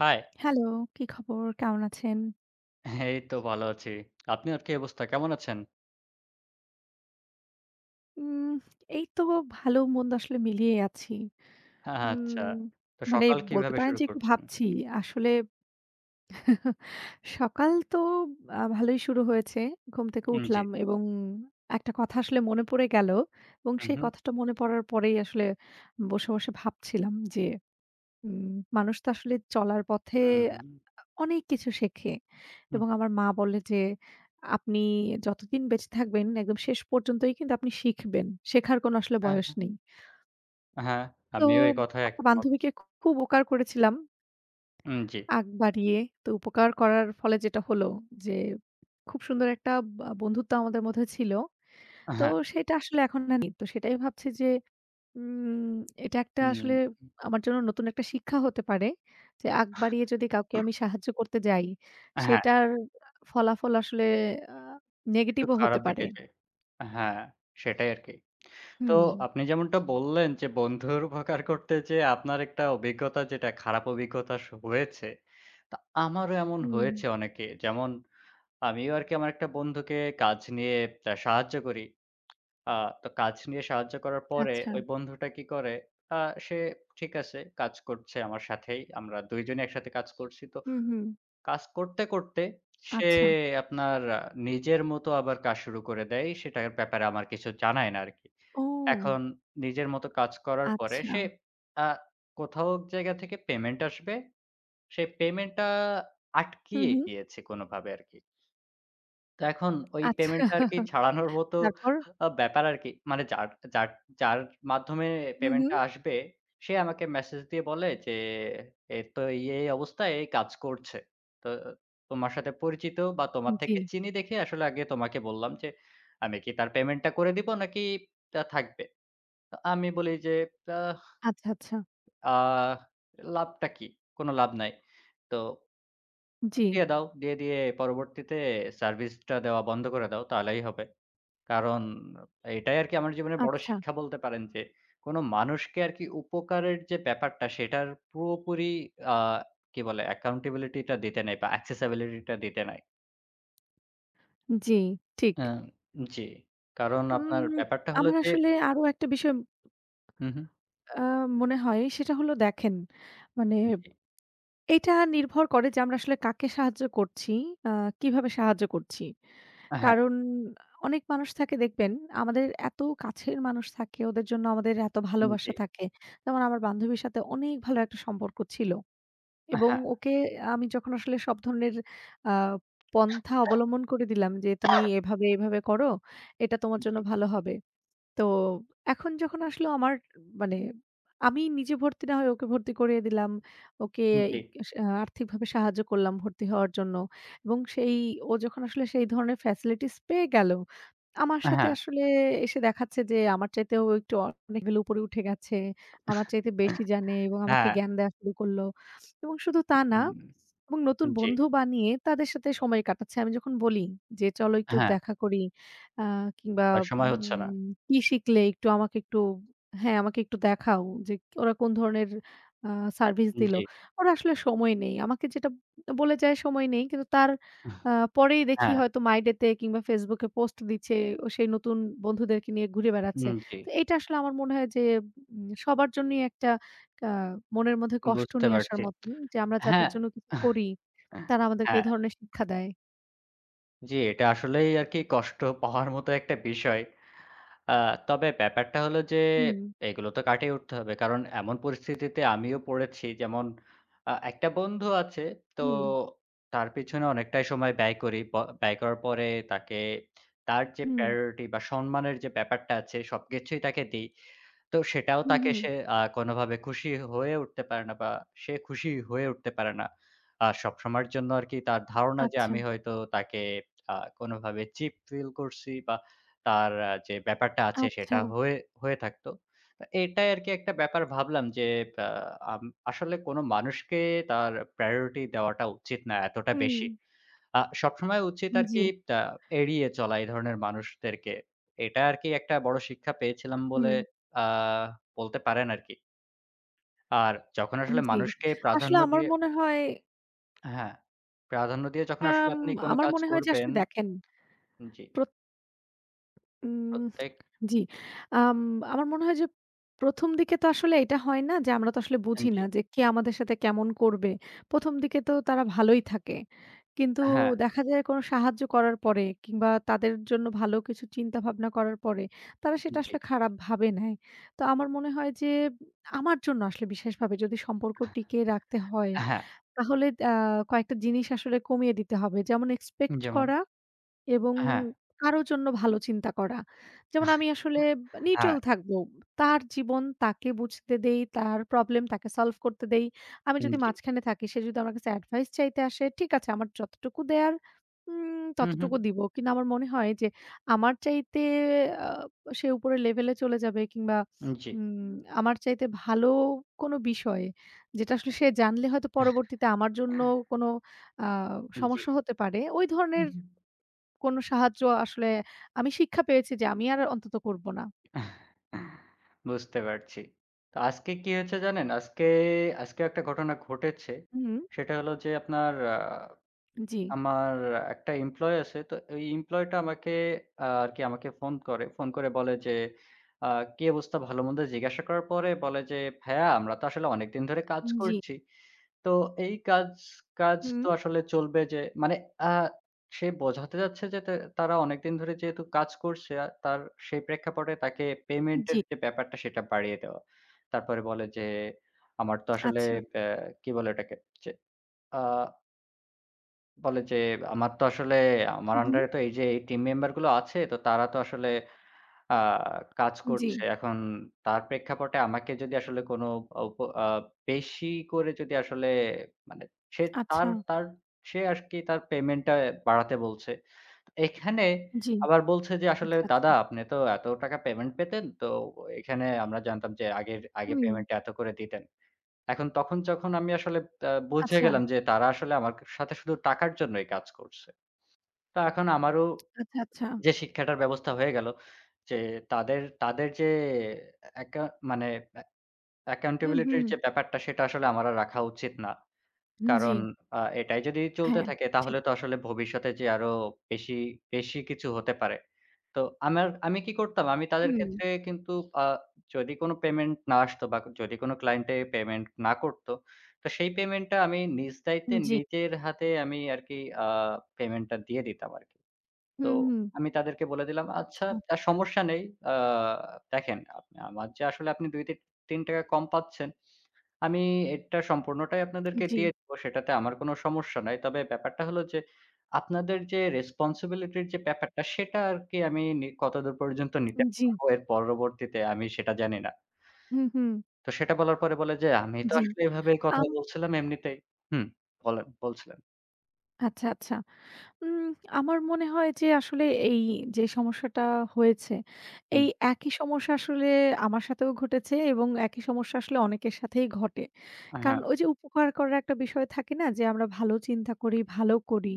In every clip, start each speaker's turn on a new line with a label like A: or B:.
A: High.
B: Hello, কি খবর? কেমন আছেন?
A: এই তো ভালো আছি। আপনার কি অবস্থা? কেমন আছেন?
B: উম এই তো ভালো-মন্দ আসলে মিলিয়ে আছি।
A: হ্যাঁ, হ্যাঁ, আচ্ছা।
B: উম
A: তো
B: মানে
A: সকাল
B: বলতে
A: কিভাবে
B: পারেন
A: শুরু
B: যে একটু
A: করছেন?
B: ভাবছি। আসলে সকাল তো ভালোই শুরু হয়েছে। ঘুম থেকে
A: জি।
B: উঠলাম এবং একটা কথা আসলে মনে পড়ে গেল এবং
A: হু,
B: সেই
A: হু।
B: কথাটা মনে পড়ার পরেই আসলে বসে, বসে ভাবছিলাম যে হুম, মানুষ তো আসলে চলার পথে অনেক কিছু শেখে
A: উম
B: এবং
A: হু,
B: আমার মা বলে যে, "আপনি যতদিন বেঁচে থাকবেন একদম শেষ পর্যন্তই কিন্তু আপনি শিখবেন। শেখার কোনো আসলে
A: হ্যাঁ,
B: বয়স নেই।"
A: হ্যাঁ।
B: তো
A: আমিও এ কথায়
B: একটা
A: একমত।
B: বান্ধবীকে খুব উপকার করেছিলাম
A: জি।
B: আগ বাড়িয়ে। তো উপকার করার ফলে যেটা হলো যে, খুব সুন্দর একটা বন্ধুত্ব আমাদের মধ্যে ছিল। তো
A: হ্যাঁ।
B: সেটা আসলে এখন আর নেই। তো সেটাই ভাবছি যে উম এটা একটা
A: উম
B: আসলে আমার জন্য নতুন একটা শিক্ষা হতে পারে যে আগ বাড়িয়ে যদি কাউকে আমি সাহায্য করতে যাই,
A: হ্যাঁ,
B: সেটার ফলাফল আসলে আ
A: একটু
B: নেগেটিভও হতে
A: খারাপ
B: পারে।
A: দিকে যাই। হ্যাঁ, সেটাই আরকি। তো
B: হুম।
A: আপনি যেমনটা বললেন যে বন্ধুর উপকার করতে যেয়ে আপনার একটা অভিজ্ঞতা যেটা খারাপ অভিজ্ঞতা হয়েছে। তা আমারও এমন
B: হুম,
A: হয়েছে অনেকে। যেমন আমিও আরকি আমার একটা বন্ধুকে কাজ নিয়ে সাহায্য করি। আ তো কাজ নিয়ে সাহায্য করার পরে
B: আচ্ছা।
A: ওই বন্ধুটা কি করে, আ সে ঠিক আছে কাজ করছে আমার সাথেই। আমরা ২ জনই একসাথে কাজ করছি। তো
B: হুম, হুম।
A: কাজ করতে, করতে সে
B: আচ্ছা।
A: আপনার নিজের মতো আবার কাজ শুরু করে দেয়। সেটার ব্যাপারে আমার কিছু জানায় না আরকি।
B: ও!
A: এখন নিজের মতো কাজ করার পরে
B: আচ্ছা।
A: সে আ কোথাও এক জায়গা থেকে পেমেন্ট আসবে। সে পেমেন্টটা
B: হুম,
A: আটকিয়ে
B: হুম।
A: গিয়েছে কোনোভাবে আরকি। তো এখন ওই
B: আচ্ছা।
A: পেমেন্টটা আরকি ছাড়ানোর মতো
B: তারপর?
A: ব্যাপার আরকি। মানে যার যার যার মাধ্যমে
B: হুম, হুম।
A: পেমেন্টটা আসবে, সে আমাকে মেসেজ দিয়ে বলে যে, "এর তো এই অবস্থায় এই কাজ করছে। তো তোমার সাথে পরিচিত বা তোমার
B: জি।
A: থেকে চিনি দেখে আসলে আগে তোমাকে বললাম যে, আমি কি তার পেমেন্টটা করে দিব নাকি তা থাকবে?" তো আমি বলি যে, "আহ
B: আচ্ছা, আচ্ছা।
A: আ লাভটা কি? কোনো লাভ নাই।" তো
B: জি।
A: দিয়ে দাও। দিয়ে, দিয়ে পরবর্তীতে সার্ভিসটা দেওয়া বন্ধ করে দাও। তাহলেই হবে। কারণ এটাই আরকি আমার জীবনের বড়
B: আচ্ছা।
A: শিক্ষা বলতে পারেন যে, কোন মানুষকে আরকি উপকারের যে ব্যাপারটা সেটার পুরোপুরি আ কি বলে accountability টা দিতে নাই বা accessibility টা দিতে নাই।
B: জি, ঠিক।
A: আ জি। কারণ আপনার
B: উম
A: ব্যাপারটা হলো
B: আমার
A: যে
B: আসলে আরো একটা বিষয়
A: হুম, হুম।
B: আ মনে হয় সেটা হলো দেখেন মানে
A: জি।
B: এটা নির্ভর করে যে আমরা আসলে কাকে সাহায্য করছি, আ কিভাবে সাহায্য করছি।
A: হ্যাঁ,
B: কারণ অনেক মানুষ থাকে দেখবেন আমাদের এত কাছের মানুষ থাকে, ওদের জন্য আমাদের এত
A: জি,
B: ভালোবাসা থাকে। যেমন আমার বান্ধবীর সাথে অনেক ভালো একটা সম্পর্ক ছিল এবং
A: হ্যাঁ,
B: ওকে আমি যখন আসলে সব ধরনের আ পন্থা অবলম্বন করে দিলাম যে, "তুমি এভাবে, এভাবে করো। এটা তোমার জন্য
A: জি,
B: ভালো হবে।" তো এখন যখন আসলো আমার মানে আমি নিজে ভর্তি না হয়ে ওকে ভর্তি করিয়ে দিলাম। ওকে
A: জি,
B: ইক সা আর্থিকভাবে সাহায্য করলাম ভর্তি হওয়ার জন্য এবং সেই ও যখন আসলে সেই ধরনের ফ্যাসিলিটিস পেয়ে গেল, আমার সাথে
A: হ্যাঁ,
B: আসলে এসে দেখাচ্ছে যে আমার চাইতেও ও একটু অনেক লেভেল উপরে উঠে গেছে। আমার চাইতে বেশি জানে এবং আমাকে
A: হ্যাঁ,
B: জ্ঞান দেয়া শুরু করলো এবং শুধু তা না
A: হুম,
B: এবং নতুন
A: জি,
B: বন্ধু বানিয়ে তাদের সাথে সময় কাটাচ্ছে। আমি যখন বলি যে, "চলো একটু
A: হ্যাঁ।
B: দেখা করি।" আ কিংবা
A: আর সময় হচ্ছে না।
B: উম কি শিখলে একটু আমাকে একটু হ্যাঁ, আমাকে একটু দেখাও যে ওরা কোন ধরনের আ সার্ভিস দিল।
A: জি,
B: ওর আসলে সময় নেই। আমাকে যেটা বলে যায় সময় নেই। কিন্তু তার আ পরেই দেখি
A: হ্যাঁ।
B: হয়তো My Day তে কিংবা Facebook এ পোস্ট দিচ্ছে। ও সেই নতুন বন্ধুদেরকে নিয়ে ঘুরে বেড়াচ্ছে।
A: হুম, জি,
B: তো এটা আসলে আমার মনে হয় যে সবার জন্যই একটা আ মনের মধ্যে কষ্ট
A: বুঝতে
B: নিয়ে আসার
A: পারছি।
B: মতন যে আমরা যাদের
A: হ্যাঁ,
B: জন্য কিছু করি, তারা আমাদেরকে এই
A: হ্যাঁ,
B: ধরনের শিক্ষা দেয়।
A: জি, এটা আসলেই আরকি কষ্ট পাওয়ার মতো একটা বিষয়। আ তবে ব্যাপারটা হলো যে
B: হুম,
A: এগুলো তো কাটিয়ে উঠতে হবে। কারণ এমন পরিস্থিতিতে আমিও পড়েছি যেমন একটা বন্ধু আছে তো
B: হুম,
A: তার পিছনে অনেকটাই সময় ব্যয় করি। ব্যয় করার পরে তাকে তার যে
B: হুম,
A: priority বা সম্মানের যে ব্যাপারটা আছে সবকিছুই তাকে দেই। তো সেটাও
B: হুম,
A: তাকে
B: হুম।
A: সে কোনোভাবে খুশি হয়ে উঠতে পারে না বা সে খুশি হয়ে উঠতে পারে না। সবসময়ের জন্য আরকি তার ধারণা যে
B: আচ্ছা,
A: আমি হয়তো তাকে আ কোনোভাবে চিপ ফিল করছি বা তার যে ব্যাপারটা আছে
B: আচ্ছা।
A: সেটা হয়ে হয়ে থাকতো। তো এটাই আরকি একটা ব্যাপার ভাবলাম যে আ আম আসলে কোনো মানুষকে তার প্রায়োরিটি দেওয়াটা উচিত না এতটা
B: হুম,
A: বেশি। সবসময় উচিত
B: জি,
A: আরকি তা এড়িয়ে চলা এই ধরনের মানুষদেরকে। এটা আরকি একটা বড় শিক্ষা পেয়েছিলাম
B: হুম,
A: বলে আ বলতে পারেন আরকি। আর যখন আসলে
B: জি।
A: মানুষকে
B: আসলে
A: প্রাধান্য
B: আমার
A: দিয়ে
B: মনে হয়
A: হ্যাঁ, প্রাধান্য দিয়ে যখন আসলে
B: আম
A: আপনি কোন
B: আমার
A: কাজ
B: মনে হয় যে আসলে
A: করবেন
B: দেখেন
A: জি,
B: প্রত উম
A: প্রত্যেক
B: জি। আম আমার মনে হয় যে ১ম দিকে তো আসলে এটা হয় না যে আমরা তো আসলে বুঝি না
A: জি,
B: যে কে আমাদের সাথে কেমন করবে। ১ম দিকে তো তারা ভালোই থাকে। কিন্তু
A: হ্যাঁ,
B: দেখা যায় কোনো সাহায্য করার পরে কিংবা তাদের জন্য ভালো কিছু চিন্তাভাবনা করার পরে তারা সেটা
A: জি,
B: আসলে খারাপ ভাবে নেয়। তো আমার মনে হয় যে আমার জন্য আসলে বিশেষভাবে যদি সম্পর্ক টিকিয়ে রাখতে হয়
A: হ্যাঁ,
B: তাহলে কয়েকটা জিনিস আসলে কমিয়ে দিতে হবে। যেমন এক্সপেক্ট
A: যেমন
B: করা এবং
A: হ্যাঁ,
B: কারো জন্য ভালো চিন্তা করা। যেমন আমি আসলে নিটোল
A: হ্যাঁ,
B: থাকবো। তার জীবন তাকে বুঝতে দেই, তার প্রবলেম তাকে সলভ করতে দেই। আমি যদি
A: জি,
B: মাঝখানে থাকি, সে যদি আমার কাছে অ্যাডভাইস চাইতে আসে, ঠিক আছে আমার যতটুকু দেয়ার
A: হু, হু,
B: ততটুকু দিব। কিন্তু আমার মনে হয় যে আমার চাইতে আ সে উপরের লেভেলে চলে যাবে কিংবা
A: জি,
B: উম আমার চাইতে ভালো কোনো বিষয়ে যেটা আসলে সে জানলে হয়তো পরবর্তীতে আমার জন্য কোনো আ
A: জি,
B: সমস্যা হতে পারে। ওই
A: হু,
B: ধরনের
A: হু।
B: কোন সাহায্য আসলে আমি শিক্ষা পেয়েছি যে আমি আর অন্তত করব না।
A: বুঝতে পারছি। তো আজকে কি হয়েছে জানেন? আজকে, আজকে একটা ঘটনা ঘটেছে।
B: হুম।
A: সেটা হলো যে আপনার
B: জি।
A: আমার একটা এমপ্লয়ি আছে। তো ওই এমপ্লয়িটা আমাকে আ আরকি আমাকে ফোন করে। ফোন করে বলে যে আ কি অবস্থা ভালো-মন্দ জিজ্ঞাসা করার পরে বলে যে, "ভাইয়া আমরা তো আসলে অনেকদিন ধরে কাজ
B: জি।
A: করছি। তো এই কাজ কাজ
B: হুম।
A: তো আসলে চলবে যে মানে আ সে বোঝাতে যাচ্ছে যে তারা অনেকদিন ধরে যেহেতু কাজ করছে তার সেই প্রেক্ষাপটে তাকে
B: জি।
A: পেমেন্টের যে ব্যাপারটা সেটা বাড়িয়ে দেওয়া। তারপরে বলে যে আমার তো আসলে
B: আচ্ছা।
A: অ্যা কি বলে ওটাকে? যে আ বলে যে আমার তো আসলে আমার
B: হু, হুম।
A: আন্ডারে তো এই যে এই টিম মেম্বার গুলো আছে তো তারা তো আসলে আ কাজ
B: জি।
A: করছে। এখন তার প্রেক্ষাপটে আমাকে যদি আসলে কোনো উপ আ বেশি করে যদি আসলে মানে সে
B: আচ্ছা।
A: তার তার সে আরকি তার পেমেন্টটা বাড়াতে বলছে। এখানে
B: জি।
A: আবার বলছে যে, "আসলে
B: আচ্ছা, আচ্ছা।
A: দাদা আপনি তো এত টাকা পেমেন্ট পেতেন। তো এখানে আমরা জানতাম যে আগের আগে
B: হুম।
A: পেমেন্ট এত করে দিতেন।" এখন তখন যখন আমি আসলে বুঝে
B: আচ্ছা,
A: গেলাম যে তারা আসলে আমার সাথে শুধু টাকার জন্যই কাজ করছে। তো এখন আমারও
B: আচ্ছা, আচ্ছা।
A: যে শিক্ষাটার ব্যবস্থা হয়ে গেল। যে তাদের তাদের যে অ্যাকা মানে অ্যা
B: হুম,
A: accountability র
B: হুম।
A: যে ব্যাপারটা সেটা আসলে আমার আর রাখা উচিত না।
B: জি।
A: কারণ এটাই যদি চলতে
B: হ্যাঁ,
A: থাকে তাহলে
B: ঠিক।
A: তো আসলে ভবিষ্যতে যে আরো বেশি, বেশি কিছু হতে পারে। তো আমার আমি কি করতাম? আমি তাদের
B: হুম।
A: ক্ষেত্রে কিন্তু আ যদি কোনো পেমেন্ট না আসতো বা যদি কোনো ক্লায়েন্টে পেমেন্ট না করত, তো সেই পেমেন্টটা আমি নিজ দায়িত্বে
B: জি।
A: নিজের হাতে আমি আরকি আ পেমেন্টটা দিয়ে দিতাম আরকি। তো
B: হুম, হুম।
A: আমি তাদেরকে বলে দিলাম, "আচ্ছা
B: আচ্ছা।
A: সমস্যা নেই। আ দেখেন আপনি আমার যে আসলে আপনি ২-৩ টাকা কম পাচ্ছেন, আমি এটা সম্পূর্ণটাই আপনাদেরকে
B: জি,
A: দিয়ে দিব। সেটাতে আমার কোনো সমস্যা নাই। তবে ব্যাপারটা হলো যে আপনাদের যে রেসপনসিবিলিটি র যে ব্যাপারটা সেটা আরকি আমি কতদূর পর্যন্ত নিতে
B: জি।
A: পারবো এর পরবর্তীতে আমি সেটা জানি না।"
B: হুম, হুম।
A: তো সেটা বলার পরে বলে যে, "আমি তো
B: জি।
A: আসলে এভাবেই কথা
B: আম
A: বলছিলাম এমনিতেই।" হুম, বলছিলেন।
B: আচ্ছা, আচ্ছা। উম আমার মনে হয় যে আসলে এই যে সমস্যাটা হয়েছে,
A: হুম,
B: এই একই সমস্যা আসলে আমার সাথেও ঘটেছে এবং একই সমস্যা আসলে অনেকের সাথেই ঘটে।
A: হ্যাঁ,
B: কারণ ওই যে উপকার করার একটা বিষয় থাকে না যে আমরা ভালো চিন্তা করি, ভালো করি।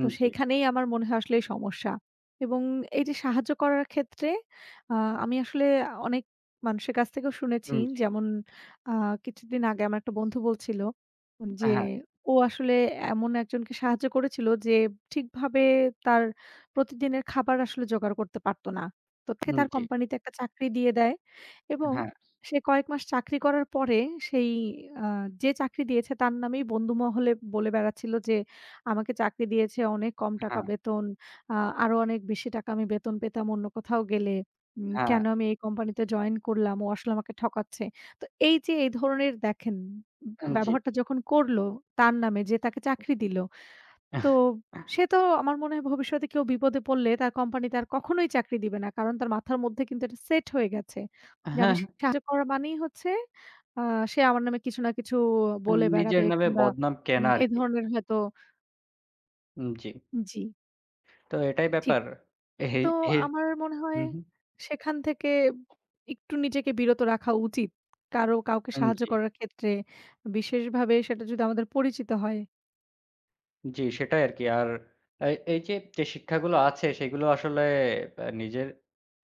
B: তো
A: জি,
B: সেখানেই আমার মনে হয় আসলে এই সমস্যা। এবং এই যে সাহায্য করার ক্ষেত্রে আ আমি আসলে অনেক মানুষের কাছ থেকেও শুনেছি
A: হুম, জি,
B: যেমন আ কিছুদিন আগে আমার একটা বন্ধু বলছিল যে
A: হ্যাঁ,
B: ও আসলে এমন একজনকে সাহায্য করেছিল যে ঠিকভাবে তার প্রতিদিনের খাবার আসলে জোগাড় করতে পারত না। তো তাকে
A: হুম,
B: তার
A: জি,
B: কোম্পানিতে একটা চাকরি দিয়ে দেয় এবং
A: হ্যাঁ,
B: সে কয়েক মাস চাকরি করার পরে সেই আ যে চাকরি দিয়েছে তার নামেই বন্ধু মহলে বলে বেড়াচ্ছিল যে, "আমাকে চাকরি দিয়েছে অনেক কম টাকা
A: হ্যাঁ।
B: বেতন। আ আরো অনেক বেশি টাকা আমি বেতন পেতাম অন্য কোথাও গেলে।
A: হ্যাঁ,
B: কেন আমি এই কোম্পানিতে জয়েন করলাম? ও আসলে আমাকে ঠকাচ্ছে।" তো এই যে এই ধরনের দেখেন
A: জি।
B: ব্যবহারটা যখন করলো তার নামে যে তাকে চাকরি দিল, তো সে তো আমার মনে হয় ভবিষ্যতে কেউ বিপদে পড়লে তার কোম্পানি তার কখনোই চাকরি দিবে না। কারণ তার মাথার মধ্যে কিন্তু এটা সেট হয়ে গেছে। যে আমি
A: হ্যাঁ,
B: সাহায্য করা মানেই হচ্ছে আ সে আমার নামে কিছু না কিছু বলে
A: নিজের
B: বেড়াবে
A: নামে
B: কিংবা
A: বদনাম কেনা
B: এ
A: আরকি।
B: ধরনের হয়তো
A: জি।
B: জি,
A: তো এটাই
B: ঠিক।
A: ব্যাপার। এই
B: তো
A: এর
B: আমার মনে হয়
A: হুম, হুম।
B: সেখান থেকে একটু নিজেকে বিরত রাখা উচিত। কারো কাউকে সাহায্য
A: জি,
B: করার ক্ষেত্রে বিশেষভাবে সেটা যদি আমাদের পরিচিত হয়।
A: জি সেটাই আরকি। আর এই এই যে, শিক্ষাগুলো আছে সেগুলো আসলে আ নিজের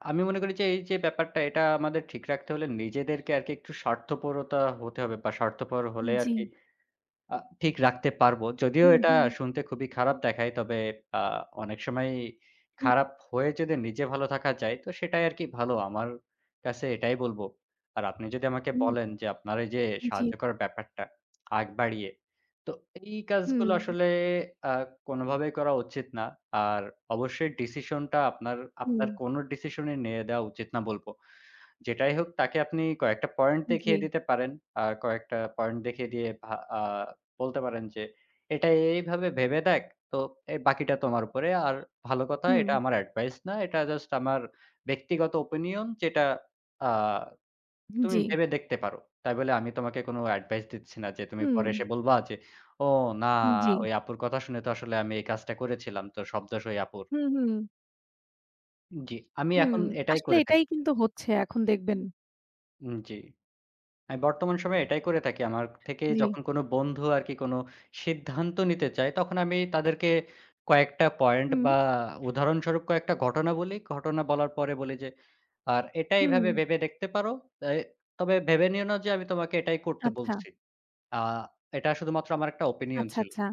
A: আমি মনে করি যে এই যে ব্যাপারটা এটা আমাদের ঠিক রাখতে হলে নিজেদেরকে আরকি একটু স্বার্থপরতা হতে হবে বা স্বার্থপর হলে
B: জি।
A: আরকি আ ঠিক রাখতে পারবো। যদিও
B: হুম,
A: এটা
B: হুম,
A: শুনতে খুবই খারাপ দেখায়। তবে আ অনেক সময়
B: হুম,
A: খারাপ হয়ে যদি নিজে ভালো থাকা যায়, তো সেটাই আরকি ভালো। আমার কাছে এটাই বলব। আর আপনি যদি আমাকে
B: হুম,
A: বলেন যে আপনার এই যে
B: জি,
A: সাহায্য করার ব্যাপারটা আগ বাড়িয়ে, তো এই
B: হুম,
A: কাজগুলো আসলে আ কোনভাবেই করা উচিত না। আর অবশ্যই ডিসিশনটা আপনার,
B: হুম,
A: আপনার কোনো ডিসিশনই নিয়ে দেওয়া উচিত না বলব। যেটাই হোক তাকে আপনি কয়েকটা পয়েন্ট
B: জি,
A: দেখিয়ে দিতে পারেন। কয়েকটা পয়েন্ট দেখিয়ে দিয়ে ভা আ বলতে পারেন যে, "এটা এইভাবে ভেবে দেখ। তো এ বাকিটা তোমার উপরে। আর ভালো কথা
B: হুম,
A: এটা আমার অ্যাডভাইস না। এটা জাস্ট আমার ব্যক্তিগত ওপিনিয়ন যেটা আ তুমি
B: জি,
A: ভেবে দেখতে পারো।" তাই বলে আমি তোমাকে কোনো অ্যাডভাইস দিচ্ছি না যে তুমি
B: হুম,
A: পরে এসে বলবা যে, "ও না
B: জি,
A: ওই আপুর কথা শুনে তো আসলে আমি এই কাজটা করেছিলাম। তো সব দোষ ওই আপুর।"
B: হুম, হুম,
A: জি, আমি
B: হুম।
A: এখন এটাই
B: আসলে
A: করে
B: এটাই
A: থাকি।
B: কিন্তু হচ্ছে এখন দেখবেন।
A: জি। আমি বর্তমান সময়ে এটাই করে থাকি। আমার থেকে
B: জি,
A: যখন কোনো বন্ধু আরকি কোনো সিদ্ধান্ত নিতে চায়, তখন আমি তাদেরকে কয়েকটা পয়েন্ট
B: হুম,
A: বা উদাহরণস্বরূপ কয়েকটা ঘটনা বলি। ঘটনা বলার পরে বলি যে, "আর এটা
B: হুম,
A: এভাবে ভেবে দেখতে পারো। এ তবে ভেবে নিও না যে আমি তোমাকে এটাই করতে
B: আচ্ছা,
A: বলছি। আ এটা শুধুমাত্র আমার একটা ওপিনিয়ন
B: আচ্ছা,
A: ছিল।
B: আচ্ছা,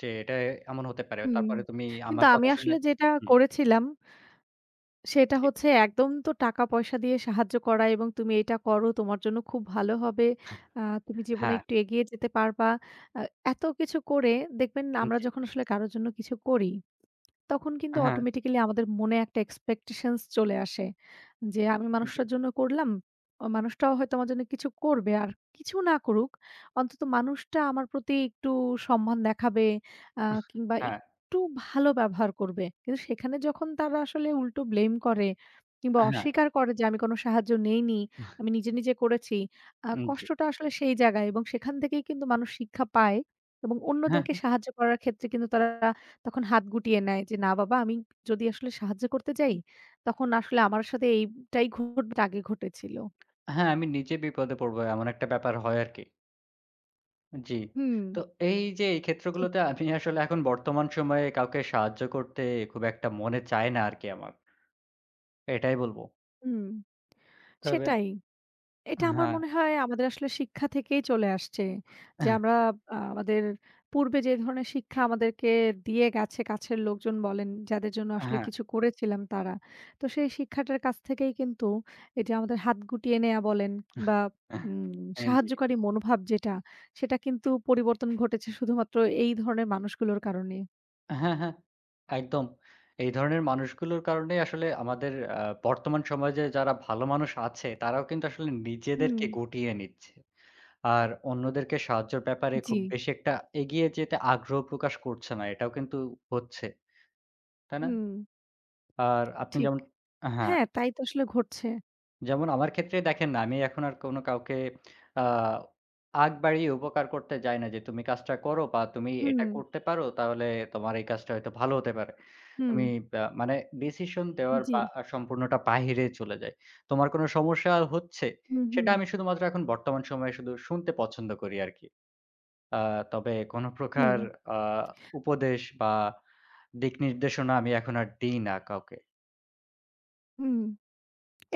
A: যে এটা এমন হতে পারে।
B: হুম।
A: তারপরে তুমি
B: কিন্তু
A: আমার
B: আমি
A: কথা শুনে"
B: আসলে যেটা
A: হুম,
B: করেছিলাম সেটা
A: জি।
B: হচ্ছে একদম তো টাকা-পয়সা দিয়ে সাহায্য করা এবং তুমি এটা করো তোমার জন্য খুব ভালো হবে। আ তুমি জীবনে
A: হ্যাঁ,
B: একটু এগিয়ে যেতে পারবা। আ এত কিছু করে দেখবেন আমরা
A: জি।
B: যখন আসলে কারো জন্য কিছু করি তখন কিন্তু
A: হ্যাঁ,
B: অটোমেটিক্যালি আমাদের মনে একটা এক্সপেকটেশনস চলে আসে। যে আমি
A: জি।
B: মানুষটার জন্য করলাম। অ মানুষটাও হয়তো আমার জন্য কিছু করবে। আর কিছু না করুক, অন্তত মানুষটা আমার প্রতি একটু সম্মান দেখাবে আ কিংবা
A: হ্যাঁ,
B: একটু ভালো ব্যবহার করবে। কিন্তু সেখানে যখন তারা আসলে উল্টো ব্লেম করে কিংবা
A: হ্যাঁ,
B: অস্বীকার করে যে আমি কোনো সাহায্য নেইনি, আমি নিজে, নিজে করেছি।
A: জি।
B: কষ্টটা আসলে সেই জায়গায় এবং সেখান থেকেই কিন্তু মানুষ শিক্ষা পায় এবং
A: হ্যাঁ।
B: অন্যদেরকে সাহায্য করার ক্ষেত্রে কিন্তু তারা তখন হাত গুটিয়ে নেয় যে, "না বাবা আমি যদি আসলে সাহায্য করতে যাই, তখন আসলে আমার সাথে এইটাই ঘটবে, আগে ঘটেছিল।"
A: হ্যাঁ, আমি নিজে বিপদে পড়বো এমন একটা ব্যাপার হয় আরকি। জি।
B: হুম।
A: তো এই যে এই
B: ঠিক।
A: ক্ষেত্রগুলোতে আমি আসলে এখন বর্তমান সময়ে কাউকে সাহায্য করতে খুব একটা মনে চায় না আরকি আমার। এটাই বলব।
B: হুম,
A: তবে
B: সেটাই। এটা আমার
A: হ্যাঁ,
B: মনে হয় আমাদের আসলে শিক্ষা থেকেই চলে আসছে। যে আমরা আমাদের পূর্বে যে ধরনের শিক্ষা আমাদেরকে দিয়ে গেছে কাছের লোকজন বলেন, যাদের জন্য আসলে
A: হ্যাঁ।
B: কিছু করেছিলাম তারা। তো সেই শিক্ষাটার কাছ থেকেই কিন্তু এই যে আমাদের হাত গুটিয়ে নেয়া বলেন বা উম
A: জি।
B: সাহায্যকারী মনোভাব যেটা, সেটা কিন্তু পরিবর্তন ঘটেছে শুধুমাত্র এই ধরনের মানুষগুলোর কারণে।
A: হ্যাঁ, হ্যাঁ। একদম। এই ধরনের মানুষগুলোর কারণেই আসলে আমাদের আ বর্তমান সমাজে যারা ভালো মানুষ আছে তারাও কিন্তু আসলে
B: হুম,
A: নিজেদেরকে গুটিয়ে নিচ্ছে। আর অন্যদেরকে সাহায্যের ব্যাপারে
B: জি,
A: খুব বেশি একটা এগিয়ে যেতে আগ্রহ প্রকাশ করছে না। এটাও কিন্তু হচ্ছে। তাই না?
B: হুম,
A: আর আপনি
B: ঠিক।
A: যেমন হ্যাঁ,
B: হ্যাঁ, তাই তো আসলে ঘটছে।
A: যেমন আমার ক্ষেত্রে দেখেন না, আমি এখন আর কোনো কাউকে আ আগ বাড়িয়ে উপকার করতে যাই না যে, "তুমি কাজটা করো বা তুমি
B: হুম,
A: এটা করতে পারো তাহলে তোমার এই কাজটা হয়তো ভালো হতে পারে।"
B: হুম,
A: আমি মানে ডিসিশন দেওয়ার
B: জি,
A: বা সম্পূর্ণটা বাহিরে চলে যাই। "তোমার কোনো সমস্যা হচ্ছে?"
B: হুম, হুম,
A: সেটা আমি শুধুমাত্র এখন বর্তমান সময়ে শুধু শুনতে পছন্দ করি আরকি। আ তবে কোন প্রকার
B: হুম।
A: আ উপদেশ বা দিক নির্দেশনা আমি এখন আর দিই না কাউকে।
B: হুম,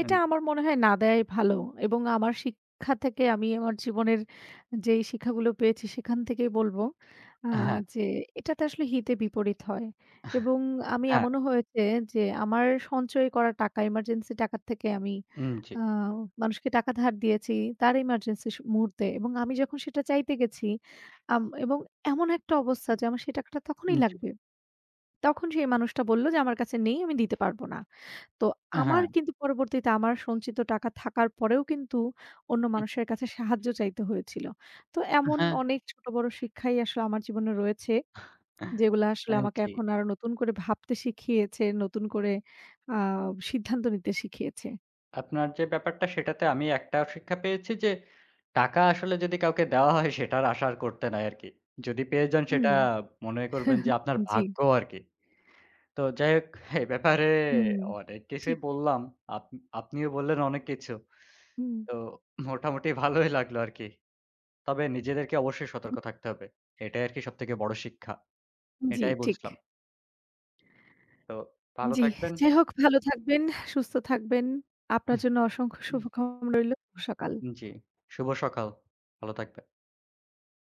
B: এটা
A: উম
B: আমার মনে হয় না দেয়াই ভালো এবং আমার শিক্ষা থেকে আমি আমার জীবনের যেই শিক্ষাগুলো পেয়েছি সেখান থেকেই বলব আ
A: হ্যাঁ,
B: যে এটাতে আসলে হিতে বিপরীত হয় এবং আমি
A: হ্যাঁ,
B: এমনও হয়েছে যে আমার সঞ্চয় করা টাকা এমার্জেন্সি টাকার থেকে আমি
A: জি,
B: আ মানুষকে টাকা ধার দিয়েছি তার এমার্জেন্সি মুহূর্তে এবং আমি যখন সেটা চাইতে গেছি এবং এমন একটা অবস্থা যে আমার সেই টাকাটা তখনই
A: জি,
B: লাগবে। তখন সেই মানুষটা বলল যে আমার কাছে নেই আমি দিতে পারব না। তো আমার
A: হ্যাঁ,
B: কিন্তু পরবর্তীতে আমার সঞ্চিত টাকা থাকার পরেও কিন্তু অন্য
A: উহু,
B: মানুষের কাছে সাহায্য চাইতে হয়েছিল। তো এমন
A: হ্যাঁ,
B: অনেক ছোট বড় শিক্ষাই আসলে আমার জীবনে রয়েছে, যেগুলা আসলে আমাকে
A: জি।
B: এখন আরো নতুন করে ভাবতে শিখিয়েছে, নতুন করে আ সিদ্ধান্ত নিতে শিখিয়েছে।
A: আপনার যে ব্যাপারটা সেটাতে আমি একটা শিক্ষা পেয়েছি যে, টাকা আসলে যদি কাউকে দেওয়া হয় সেটার আশা আর করতে নাই আরকি। যদি পেয়ে যান
B: হুম।
A: সেটা মনে করবেন যে আপনার
B: জি।
A: ভাগ্য আরকি। তো যাই হোক এই ব্যাপারে
B: হুম।
A: অনেক কিছুই
B: ঠিক।
A: বললাম। আপ আপনিও বললেন অনেক কিছু।
B: হুম।
A: তো মোটামুটি ভালোই লাগলো আরকি। তবে নিজেদেরকে অবশ্যই সতর্ক থাকতে হবে। এটাই আরকি সবথেকে বড় শিক্ষা।
B: জি,
A: এটাই
B: ঠিক।
A: বুঝলাম। তো ভালো
B: জি।
A: থাকবেন।
B: যাই হোক ভালো থাকবেন, সুস্থ থাকবেন। আপনার জন্য অসংখ্য শুভকামনা রইল। শুভ সকাল।
A: জি, শুভ সকাল। ভালো থাকবেন।